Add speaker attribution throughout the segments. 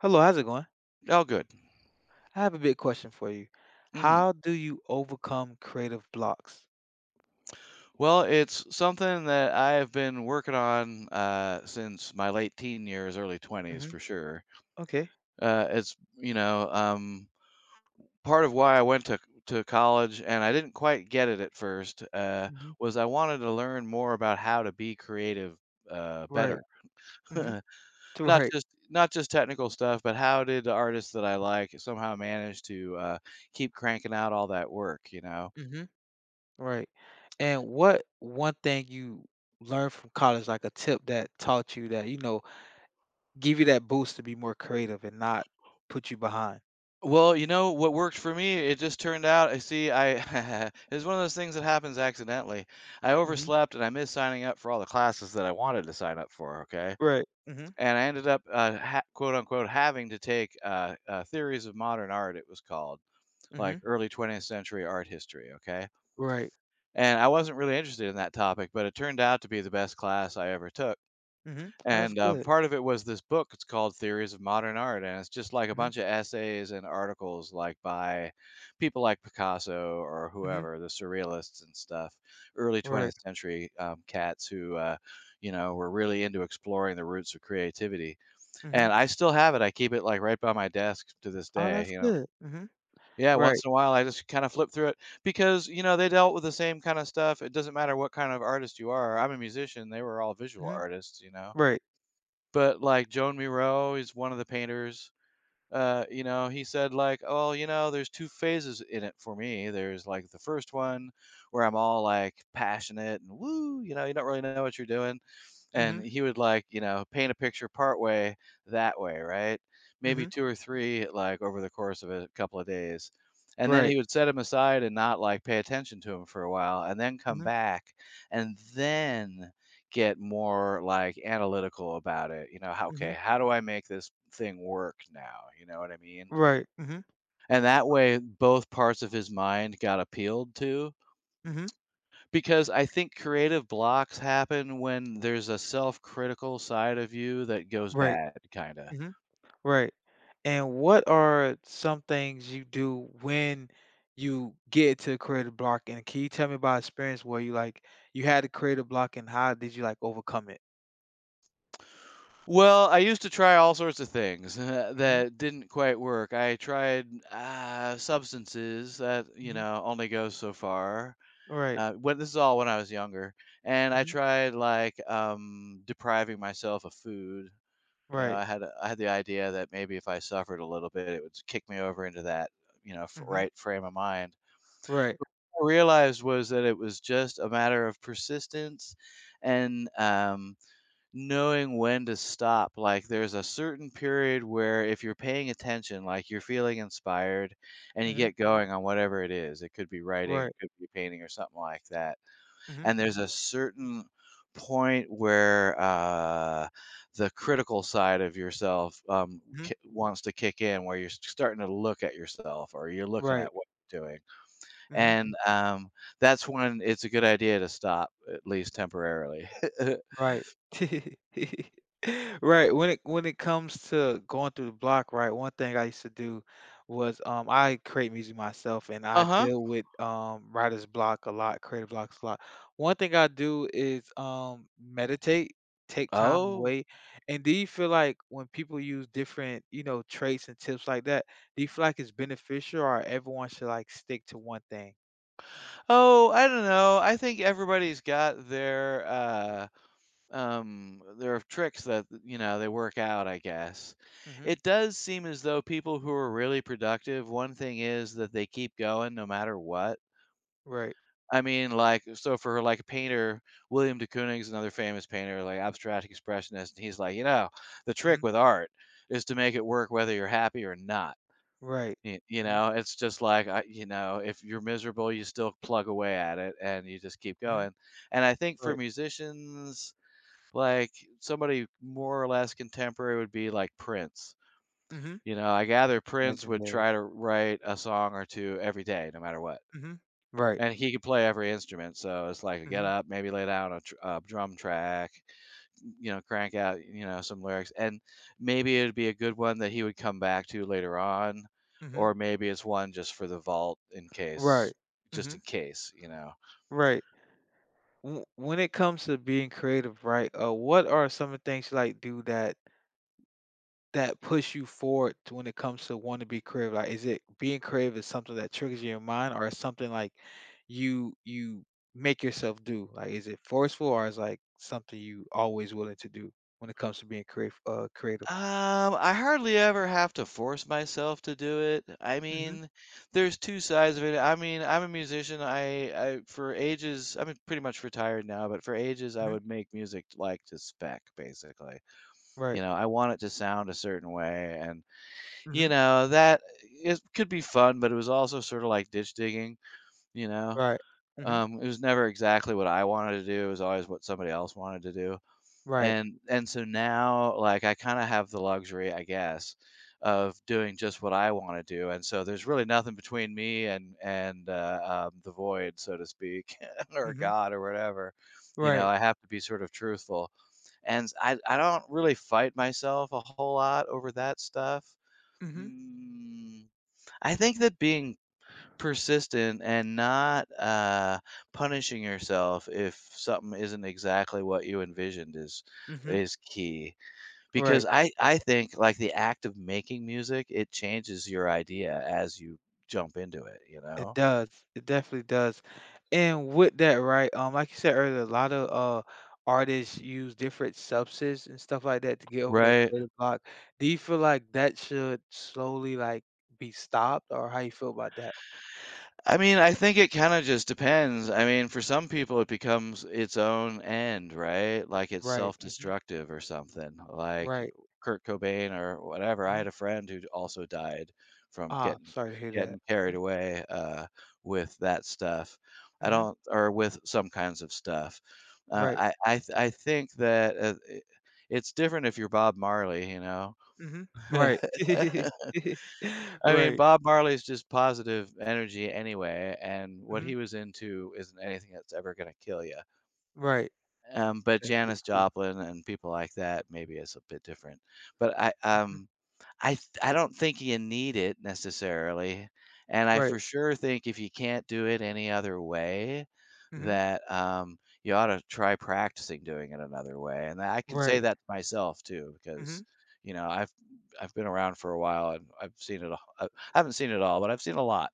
Speaker 1: Hello, how's it going?
Speaker 2: Oh, good.
Speaker 1: I have a big question for you.
Speaker 2: Mhm.
Speaker 1: How do you overcome creative blocks?
Speaker 2: Well, it's something that I have been working on since my late teen years, early 20s
Speaker 1: Hmm
Speaker 2: for sure.
Speaker 1: Okay.
Speaker 2: Uh, it's, you know, um, Part of why I went to college and I didn't quite get it at first
Speaker 1: hmm
Speaker 2: was I wanted to learn more about how to be creative better.
Speaker 1: Right. hmm To
Speaker 2: not
Speaker 1: Right.
Speaker 2: just not just technical stuff, but how did the artists that I like somehow manage to keep cranking out all that work, you know?
Speaker 1: hmm Right. And what one thing you learned from college, like a tip that taught you that, you know, give you that boost to be more creative and not put you behind?
Speaker 2: Well, you know, what worked for me, it just turned out, I it's one of those things that happens accidentally. I
Speaker 1: Hmm
Speaker 2: overslept and I missed signing up for all the classes that I wanted to sign up for, okay?
Speaker 1: Right. hmm
Speaker 2: And I ended up, ha quote unquote, having to take Theories of Modern Art, it was called, like
Speaker 1: hmm
Speaker 2: early 20th century art history, okay?
Speaker 1: Right.
Speaker 2: And I wasn't really interested in that topic, but it turned out to be the best class I ever took.
Speaker 1: hmm Oh, that's
Speaker 2: And,
Speaker 1: good.
Speaker 2: part of it was this book, it's called Theories of Modern Art, and it's just, like, a
Speaker 1: Hmm
Speaker 2: bunch of essays and articles, like, by people like Picasso or
Speaker 1: hmm
Speaker 2: whoever, the surrealists and stuff, early
Speaker 1: Right.
Speaker 2: 20th century, cats who, you know, were really into exploring the roots of creativity.
Speaker 1: hmm
Speaker 2: And I still have it, I keep it, like, right by my desk to this
Speaker 1: Oh,
Speaker 2: day,
Speaker 1: that's
Speaker 2: you know?
Speaker 1: good. Hmm
Speaker 2: Yeah,
Speaker 1: Right.
Speaker 2: once in a while, I just kinda flip through it because, you know, they dealt with the same kinda stuff, it doesn't matter what kind of artist you are, I'm a musician, they were all visual
Speaker 1: hmm
Speaker 2: artists, you know?
Speaker 1: Right.
Speaker 2: But, like, Joan Miro is one of the painters, you know, he said, like, "Oh, you know, there's 2 phases in it for me. There's, like, the first one where I'm all, like, passionate and woo, you know, you don't really know what you're doing and
Speaker 1: hmm
Speaker 2: he would, like, you know, paint a picture part way that way, right, maybe
Speaker 1: hmm
Speaker 2: two or three, like, over the course of a couple of days, and then
Speaker 1: Right.
Speaker 2: he would set him aside and not, like, pay attention to him for a while and then come back and then get more, like, analytical about it, you know, how, okay,
Speaker 1: Mhm.
Speaker 2: how do I make this thing work now, you know what I mean,
Speaker 1: Right. Mhm.
Speaker 2: and that way both parts of his mind got appealed to,
Speaker 1: Mhm.
Speaker 2: because I think creative blocks happen when there's a self-critical side of you that goes
Speaker 1: Right.
Speaker 2: bad, kinda.
Speaker 1: Mhm. Right. And what are some things you do when you get to creative block? And can you tell me about experience where you like you had a creative block and how did you like overcome it?
Speaker 2: Well, I used to try all sorts of things
Speaker 1: Mhm.
Speaker 2: that didn't quite work. I tried, substances that, you
Speaker 1: Mhm.
Speaker 2: know, only goes so far.
Speaker 1: Right.
Speaker 2: When this is all when I was younger, and I
Speaker 1: Mhm.
Speaker 2: tried, like, depriving myself of food. You know,
Speaker 1: Right.
Speaker 2: I had the idea that maybe if I suffered a little bit, it would kick me over into that, you know, f
Speaker 1: Mhm.
Speaker 2: right frame of mind.
Speaker 1: Right.
Speaker 2: I realized was that it was just a matter of persistence and, knowing when to stop. Like, there's a certain period where if you're paying attention, like, you're feeling inspired and you
Speaker 1: Mhm.
Speaker 2: get going on whatever it is. It could be writing,
Speaker 1: Right.
Speaker 2: it could be painting or something like that,
Speaker 1: Mhm.
Speaker 2: and there's a certain point where, the critical side of yourself,
Speaker 1: Mhm.
Speaker 2: ki wants to kick in, where you're starting to look at yourself or you're looking
Speaker 1: Right.
Speaker 2: at what you're doing.
Speaker 1: Mhm.
Speaker 2: And, that's when it's a good idea to stop, at least temporarily.
Speaker 1: Right. Right, when it comes to going through the block, right, one thing I used to do was, I create music myself and I
Speaker 2: Uh-huh.
Speaker 1: deal with, writer's block a lot, creative blocks a lot. One thing I do is, meditate, take time
Speaker 2: Oh.
Speaker 1: away. And do you feel like when people use different, you know, traits and tips like that, do you feel like it's beneficial or everyone should like stick to one thing?
Speaker 2: Oh, I don't know. I think everybody's got their tricks that, you know, they work out, I guess.
Speaker 1: Mhm.
Speaker 2: It does seem as though people who are really productive, one thing is that they keep going no matter what.
Speaker 1: Right.
Speaker 2: I mean, like, so for like a painter, William de Kooning is another famous painter, like abstract expressionist, and he's like, you know, the trick
Speaker 1: Mhm.
Speaker 2: with art is to make it work whether you're happy or not.
Speaker 1: Right.
Speaker 2: You
Speaker 1: Mhm.
Speaker 2: know, it's just like, you know, if you're miserable, you still plug away at it and you just keep
Speaker 1: Mhm.
Speaker 2: going. And I think for
Speaker 1: Right.
Speaker 2: musicians, like somebody more or less contemporary would be like Prince.
Speaker 1: Mhm.
Speaker 2: You know, I gather Prince would
Speaker 1: Legendary.
Speaker 2: try to write a song or two every day, no matter what.
Speaker 1: Mhm. Right.
Speaker 2: And he could play every instrument, so it's like get
Speaker 1: Mhm.
Speaker 2: up, maybe lay down a drum track, you know, crank out, you know, some lyrics, and maybe it'd be a good one that he would come back to later on,
Speaker 1: Mhm.
Speaker 2: or maybe it's one just for the vault in case,
Speaker 1: Right.
Speaker 2: just in
Speaker 1: Mhm.
Speaker 2: case, you know.
Speaker 1: Right. W when it comes to being creative, right, what are some of the things you, like, do that push you forward to when it comes to wanting to be creative? Like, is it being creative is something that triggers your mind or is something, like, you make yourself do? Like, is it forceful or is, like, something you always willing to do when it comes to being creative creative?
Speaker 2: I hardly ever have to force myself to do it. I
Speaker 1: Mhm.
Speaker 2: mean, there's 2 sides of it. I mean, I'm a musician. I for ages, I'm pretty much retired now, but for ages, I
Speaker 1: Mhm.
Speaker 2: would make music like to spec, basically. You
Speaker 1: Right.
Speaker 2: know, I want it to sound a certain way, and, you
Speaker 1: Mhm.
Speaker 2: know, that it could be fun, but it was also sort of like ditch digging, you know?
Speaker 1: Right. Mhm.
Speaker 2: It was never exactly what I wanted to do. It was always what somebody else wanted to do.
Speaker 1: Right.
Speaker 2: And so now, like, I kinda have the luxury, I guess, of doing just what I wanna do, and so there's really nothing between me and the void, so to speak, or
Speaker 1: Mhm.
Speaker 2: God or whatever. You know,
Speaker 1: Right.
Speaker 2: I have to be sort of truthful. And I don't really fight myself a whole lot over that stuff.
Speaker 1: Mhm.
Speaker 2: Mm, I think that being persistent and not punishing yourself if something isn't exactly what you envisioned
Speaker 1: Mhm.
Speaker 2: is key,
Speaker 1: Right.
Speaker 2: because I think, like, the act of making music, it changes your idea as you jump into it, you
Speaker 1: It
Speaker 2: know,
Speaker 1: does. It definitely does. And with that, right, like you said earlier, a lot of artists use different substances and stuff like that to get over their
Speaker 2: right?
Speaker 1: creative block. Do you feel like that should slowly like be stopped, or how you feel about that?
Speaker 2: I mean, I think it kind of just depends. I mean, for some people, it becomes its own end, right? Like it's
Speaker 1: Right. hmm
Speaker 2: self-destructive or something, like
Speaker 1: Right.
Speaker 2: Kurt Cobain or whatever. I
Speaker 1: hmm
Speaker 2: had a friend who also died from
Speaker 1: Ah,
Speaker 2: getting
Speaker 1: sorry to hear that.
Speaker 2: getting carried away with that stuff. I
Speaker 1: Mm-hmm.
Speaker 2: don't, or with some kinds of stuff.
Speaker 1: Right.
Speaker 2: I think that it's different if you're Bob Marley, you know.
Speaker 1: hmm Right.
Speaker 2: I mean,
Speaker 1: Right.
Speaker 2: Bob Marley's just positive energy anyway, and what
Speaker 1: hmm
Speaker 2: he was into isn't anything that's ever gonna kill you.
Speaker 1: Right.
Speaker 2: But Janis
Speaker 1: Definitely.
Speaker 2: Joplin and people like that maybe is a bit different. But
Speaker 1: Hmm
Speaker 2: I th I don't think you need it necessarily, and I
Speaker 1: Right.
Speaker 2: for sure think if you can't do it any other way,
Speaker 1: hmm
Speaker 2: that, you ought to try practicing doing it another way, and I can say
Speaker 1: Right.
Speaker 2: that to myself too
Speaker 1: hmm
Speaker 2: because, you know, I've been around for a while and I've seen it all. I haven't seen it all, but I've seen a lot.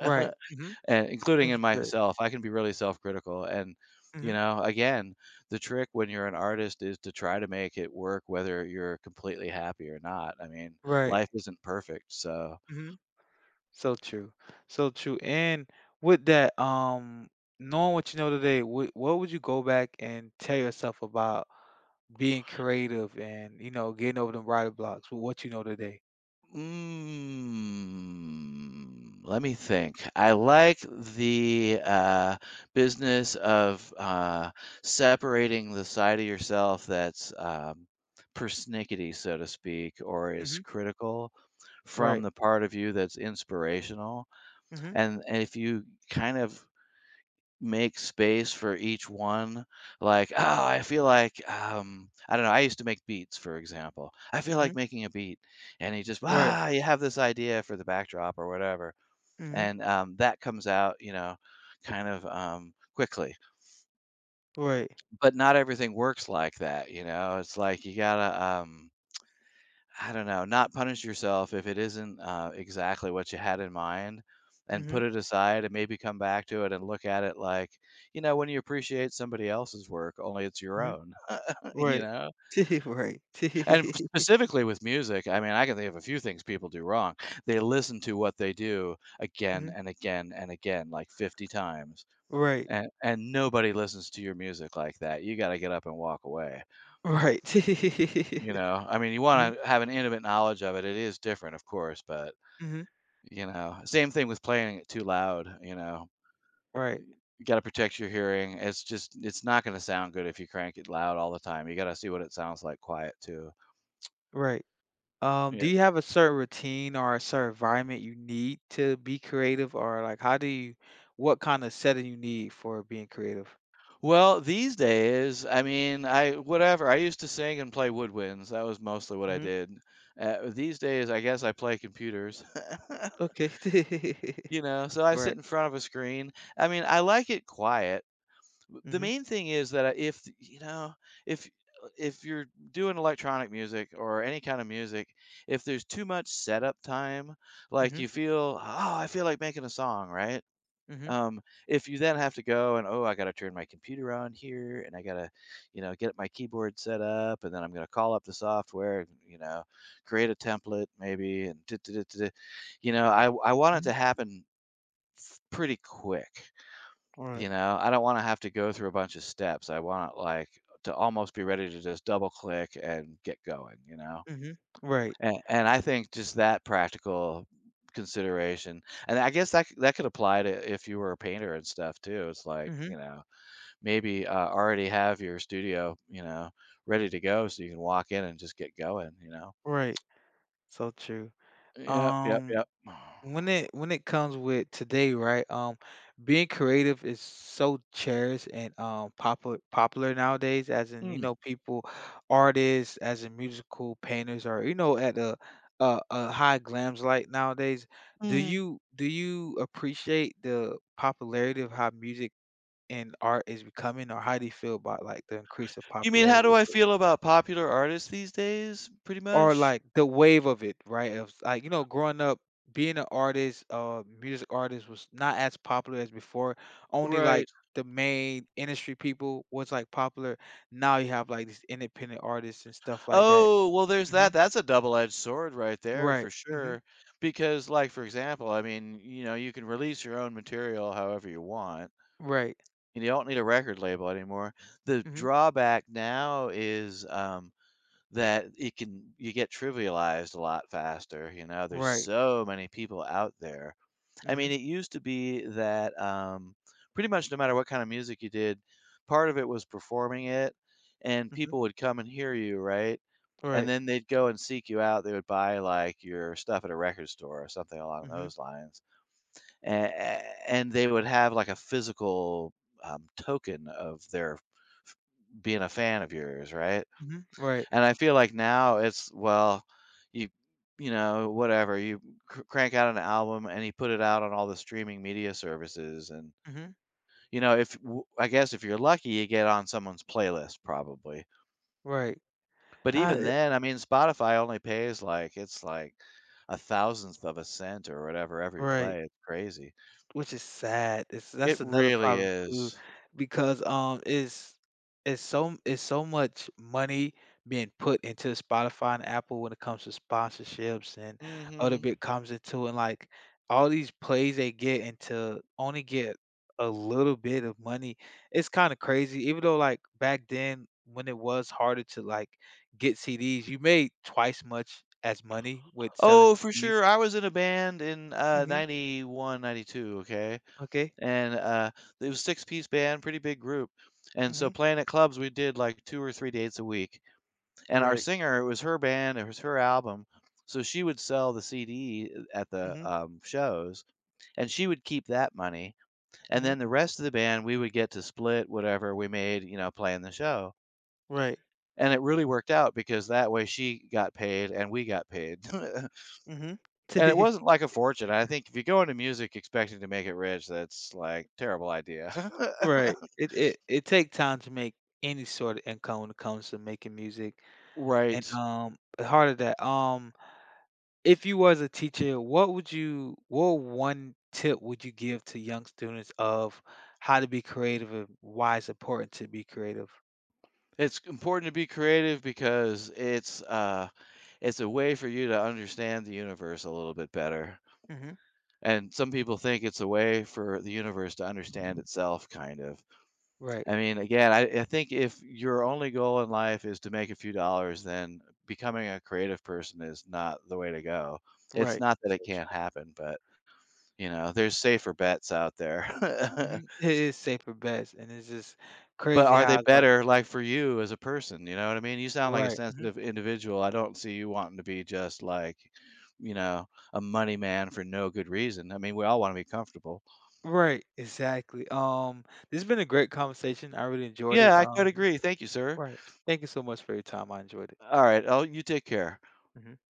Speaker 1: Right. hmm
Speaker 2: and including
Speaker 1: That's
Speaker 2: in
Speaker 1: good.
Speaker 2: myself, I can be really self-critical, and, you
Speaker 1: Hmm
Speaker 2: know, again, the trick when you're an artist is to try to make it work whether you're completely happy or not. I mean,
Speaker 1: Right.
Speaker 2: life isn't perfect, so
Speaker 1: hmm So true. So true. And with that, knowing what you know today, what would you go back and tell yourself about being creative and, you know, getting over the writer blocks with what you know today?
Speaker 2: mm, let me think. I like the, business of, separating the side of yourself that's, persnickety, so to speak, or is
Speaker 1: Hmm
Speaker 2: critical from
Speaker 1: Right.
Speaker 2: the part of you that's inspirational,
Speaker 1: hmm
Speaker 2: and if you kind of make space for each one, like, oh, I feel like, I don't know, I used to make beats, for example, I feel like
Speaker 1: hmm
Speaker 2: making a beat, and you just,
Speaker 1: Right.
Speaker 2: ah, you have this idea for the backdrop or whatever,
Speaker 1: hmm
Speaker 2: and that comes out, you know, kind of quickly,
Speaker 1: Right.
Speaker 2: but not everything works like that, you know, it's like you gotta I don't know, not punish yourself if it isn't, exactly what you had in mind, and
Speaker 1: hmm
Speaker 2: put it aside and maybe come back to it and look at it like, you know, when you appreciate somebody else's work, only it's your
Speaker 1: hmm
Speaker 2: own, you
Speaker 1: Right.
Speaker 2: know?
Speaker 1: Right.
Speaker 2: And specifically with music, I mean, I can think of a few things people do wrong. They listen to what they do again
Speaker 1: hmm
Speaker 2: and again and again, like 50 times.
Speaker 1: Right.
Speaker 2: And nobody listens to your music like that. You got to get up and walk away.
Speaker 1: Right.
Speaker 2: You know, I mean, you
Speaker 1: hmm
Speaker 2: want to have an intimate knowledge of it. It is different, of course, but
Speaker 1: hmm
Speaker 2: you know, same thing with playing it too loud, you know.
Speaker 1: Right.
Speaker 2: You gotta protect your hearing. It's not gonna sound good if you crank it loud all the time. You gotta see what it sounds like quiet too.
Speaker 1: Right. Do
Speaker 2: Yeah.
Speaker 1: you have a certain routine or a certain environment you need to be creative, or like how do you, what kind of setting you need for being creative?
Speaker 2: Well, these days, I mean, I whatever. I used to sing and play woodwinds. That was mostly what I
Speaker 1: Hmm
Speaker 2: did. These days, I guess I play computers.
Speaker 1: Okay.
Speaker 2: You know, so I sit
Speaker 1: Right.
Speaker 2: in front of a screen. I mean, I like it quiet. The
Speaker 1: hmm
Speaker 2: main thing is that if if if you're doing electronic music or any kind of music, if there's too much setup time, like
Speaker 1: hmm
Speaker 2: you feel, oh, I feel like making a song, right?
Speaker 1: hmm
Speaker 2: um if you then have to go and, oh, I gotta turn my computer on here and I gotta, you know, get my keyboard set up, and then I'm gonna call up the software, you know, create a template maybe, and you know, I want it
Speaker 1: hmm
Speaker 2: to happen pretty quick.
Speaker 1: Right.
Speaker 2: I don't wanna have to go through a bunch of steps. I want, like, to almost be ready to just double click and get going,
Speaker 1: hmm Right.
Speaker 2: And I think just that practical consideration, and I guess that c that could apply to if you were a painter and stuff too. It's like,
Speaker 1: hmm
Speaker 2: maybe, already have your studio, ready to go so you can walk in and just get going,
Speaker 1: Right. So true.
Speaker 2: Yep, yep,
Speaker 1: Um,
Speaker 2: yep.
Speaker 1: when it comes with today, right? Being creative is so cherished and popular nowadays. As in, you
Speaker 2: Mm,
Speaker 1: know, people, artists, as in musical painters, are you know at a high glams light nowadays. Do
Speaker 2: mhm.
Speaker 1: you do you appreciate the popularity of how music and art is becoming, or how do you feel about like the increase of
Speaker 2: You mean how
Speaker 1: popularity
Speaker 2: do
Speaker 1: of
Speaker 2: I
Speaker 1: it?
Speaker 2: feel about popular artists these days, pretty
Speaker 1: Or
Speaker 2: much?
Speaker 1: like the wave of it, right? Of like, you know, growing up, being an artist, music artist was not as popular as before. Only like
Speaker 2: Right.
Speaker 1: the main industry people was like popular. Now you have like these independent artists and stuff like that.
Speaker 2: Oh, well, there's
Speaker 1: Hmm
Speaker 2: that. That's a double-edged sword right there
Speaker 1: Right.
Speaker 2: for
Speaker 1: hmm
Speaker 2: sure. Because, like, for example, I mean, you know, you can release your own material however you want,
Speaker 1: Right.
Speaker 2: and you don't need a record label anymore. The
Speaker 1: hmm
Speaker 2: drawback now is that it can you get trivialized a lot faster. You know, there's
Speaker 1: Right.
Speaker 2: so many people out there. I mean,
Speaker 1: hmm
Speaker 2: it used to be that pretty much no matter what kind of music you did, part of it was performing it, and people
Speaker 1: hmm
Speaker 2: would come and hear you, right? And
Speaker 1: Right.
Speaker 2: then they'd go and seek you out. They would buy, like, your stuff at a record store or something along
Speaker 1: hmm
Speaker 2: those lines, a and they would have, like, a physical, token of their f being a fan of yours, right?
Speaker 1: hmm Right.
Speaker 2: And I feel like now it's, well, you you know, whatever, you cr crank out an album, and you put it out on all the streaming media services, and,
Speaker 1: hmm
Speaker 2: you know, if w I guess if you're lucky, you get on someone's playlist probably.
Speaker 1: Right.
Speaker 2: But
Speaker 1: Uh,
Speaker 2: even then, I mean, Spotify only pays, like, it's like a thousandth of a cent or whatever every
Speaker 1: right.
Speaker 2: play. It's crazy.
Speaker 1: Which is sad. It's
Speaker 2: It
Speaker 1: that's another
Speaker 2: really
Speaker 1: problem too,
Speaker 2: is.
Speaker 1: because, it's so much money being put into Spotify and Apple when it comes to sponsorships and other
Speaker 2: Mhm.
Speaker 1: bit comes into it, like, all these plays they get into only get a little bit of money, it's kinda crazy, even though, like, back then when it was harder to, like, get CDs, you made twice much as money with selling
Speaker 2: Oh, for
Speaker 1: CDs.
Speaker 2: sure, I was in a band in,
Speaker 1: Mhm.
Speaker 2: 91, 92, okay?
Speaker 1: Okay.
Speaker 2: And, it was six-piece band, pretty big group, and so
Speaker 1: Mhm.
Speaker 2: playing at clubs, we did, like, 2 or 3 dates a week, and our
Speaker 1: Right.
Speaker 2: singer, it was her band, it was her album, so she would sell the CD at the,
Speaker 1: Mhm.
Speaker 2: shows, and she would keep that money. And
Speaker 1: Mhm.
Speaker 2: then the rest of the band, we would get to split whatever we made, you know, playing the show.
Speaker 1: Right.
Speaker 2: And it really worked out because that way she got paid and we got paid. And
Speaker 1: Mhm.
Speaker 2: it wasn't like a fortune. I think if you go into music expecting to make it rich, that's like terrible idea.
Speaker 1: Right. It take time to make any sort of income when it comes to making music, and,
Speaker 2: Right.
Speaker 1: a part of that, if you was a teacher, what one tip would you give to young students of how to be creative and why it's important to be creative?
Speaker 2: It's important to be creative because it's a way for you to understand the universe a little bit better.
Speaker 1: Mhm.
Speaker 2: And some people think it's a way for the universe to understand itself kind of.
Speaker 1: Right,
Speaker 2: I mean, again, I think if your only goal in life is to make a few dollars, then becoming a creative person is not the way to go. It's
Speaker 1: right.
Speaker 2: not that it
Speaker 1: So
Speaker 2: can't
Speaker 1: true.
Speaker 2: happen, but you know, there's safer bets out there.
Speaker 1: Mhm. It is safer best, and it's just
Speaker 2: But
Speaker 1: crazy
Speaker 2: are they
Speaker 1: how it's like
Speaker 2: better, like, for you as a person? You know what I mean? You sound like a
Speaker 1: Right.
Speaker 2: sensitive individual. I don't see you wanting to be just like, you know, a money man for no good reason. I mean, we all want to be comfortable.
Speaker 1: Right, exactly. This has been a great conversation. I really enjoyed
Speaker 2: Yeah,
Speaker 1: it.
Speaker 2: I quite agree. Thank you, sir.
Speaker 1: Right. Thank you so much for your time. I enjoyed it.
Speaker 2: All right. Oh, you take care.
Speaker 1: Mhm.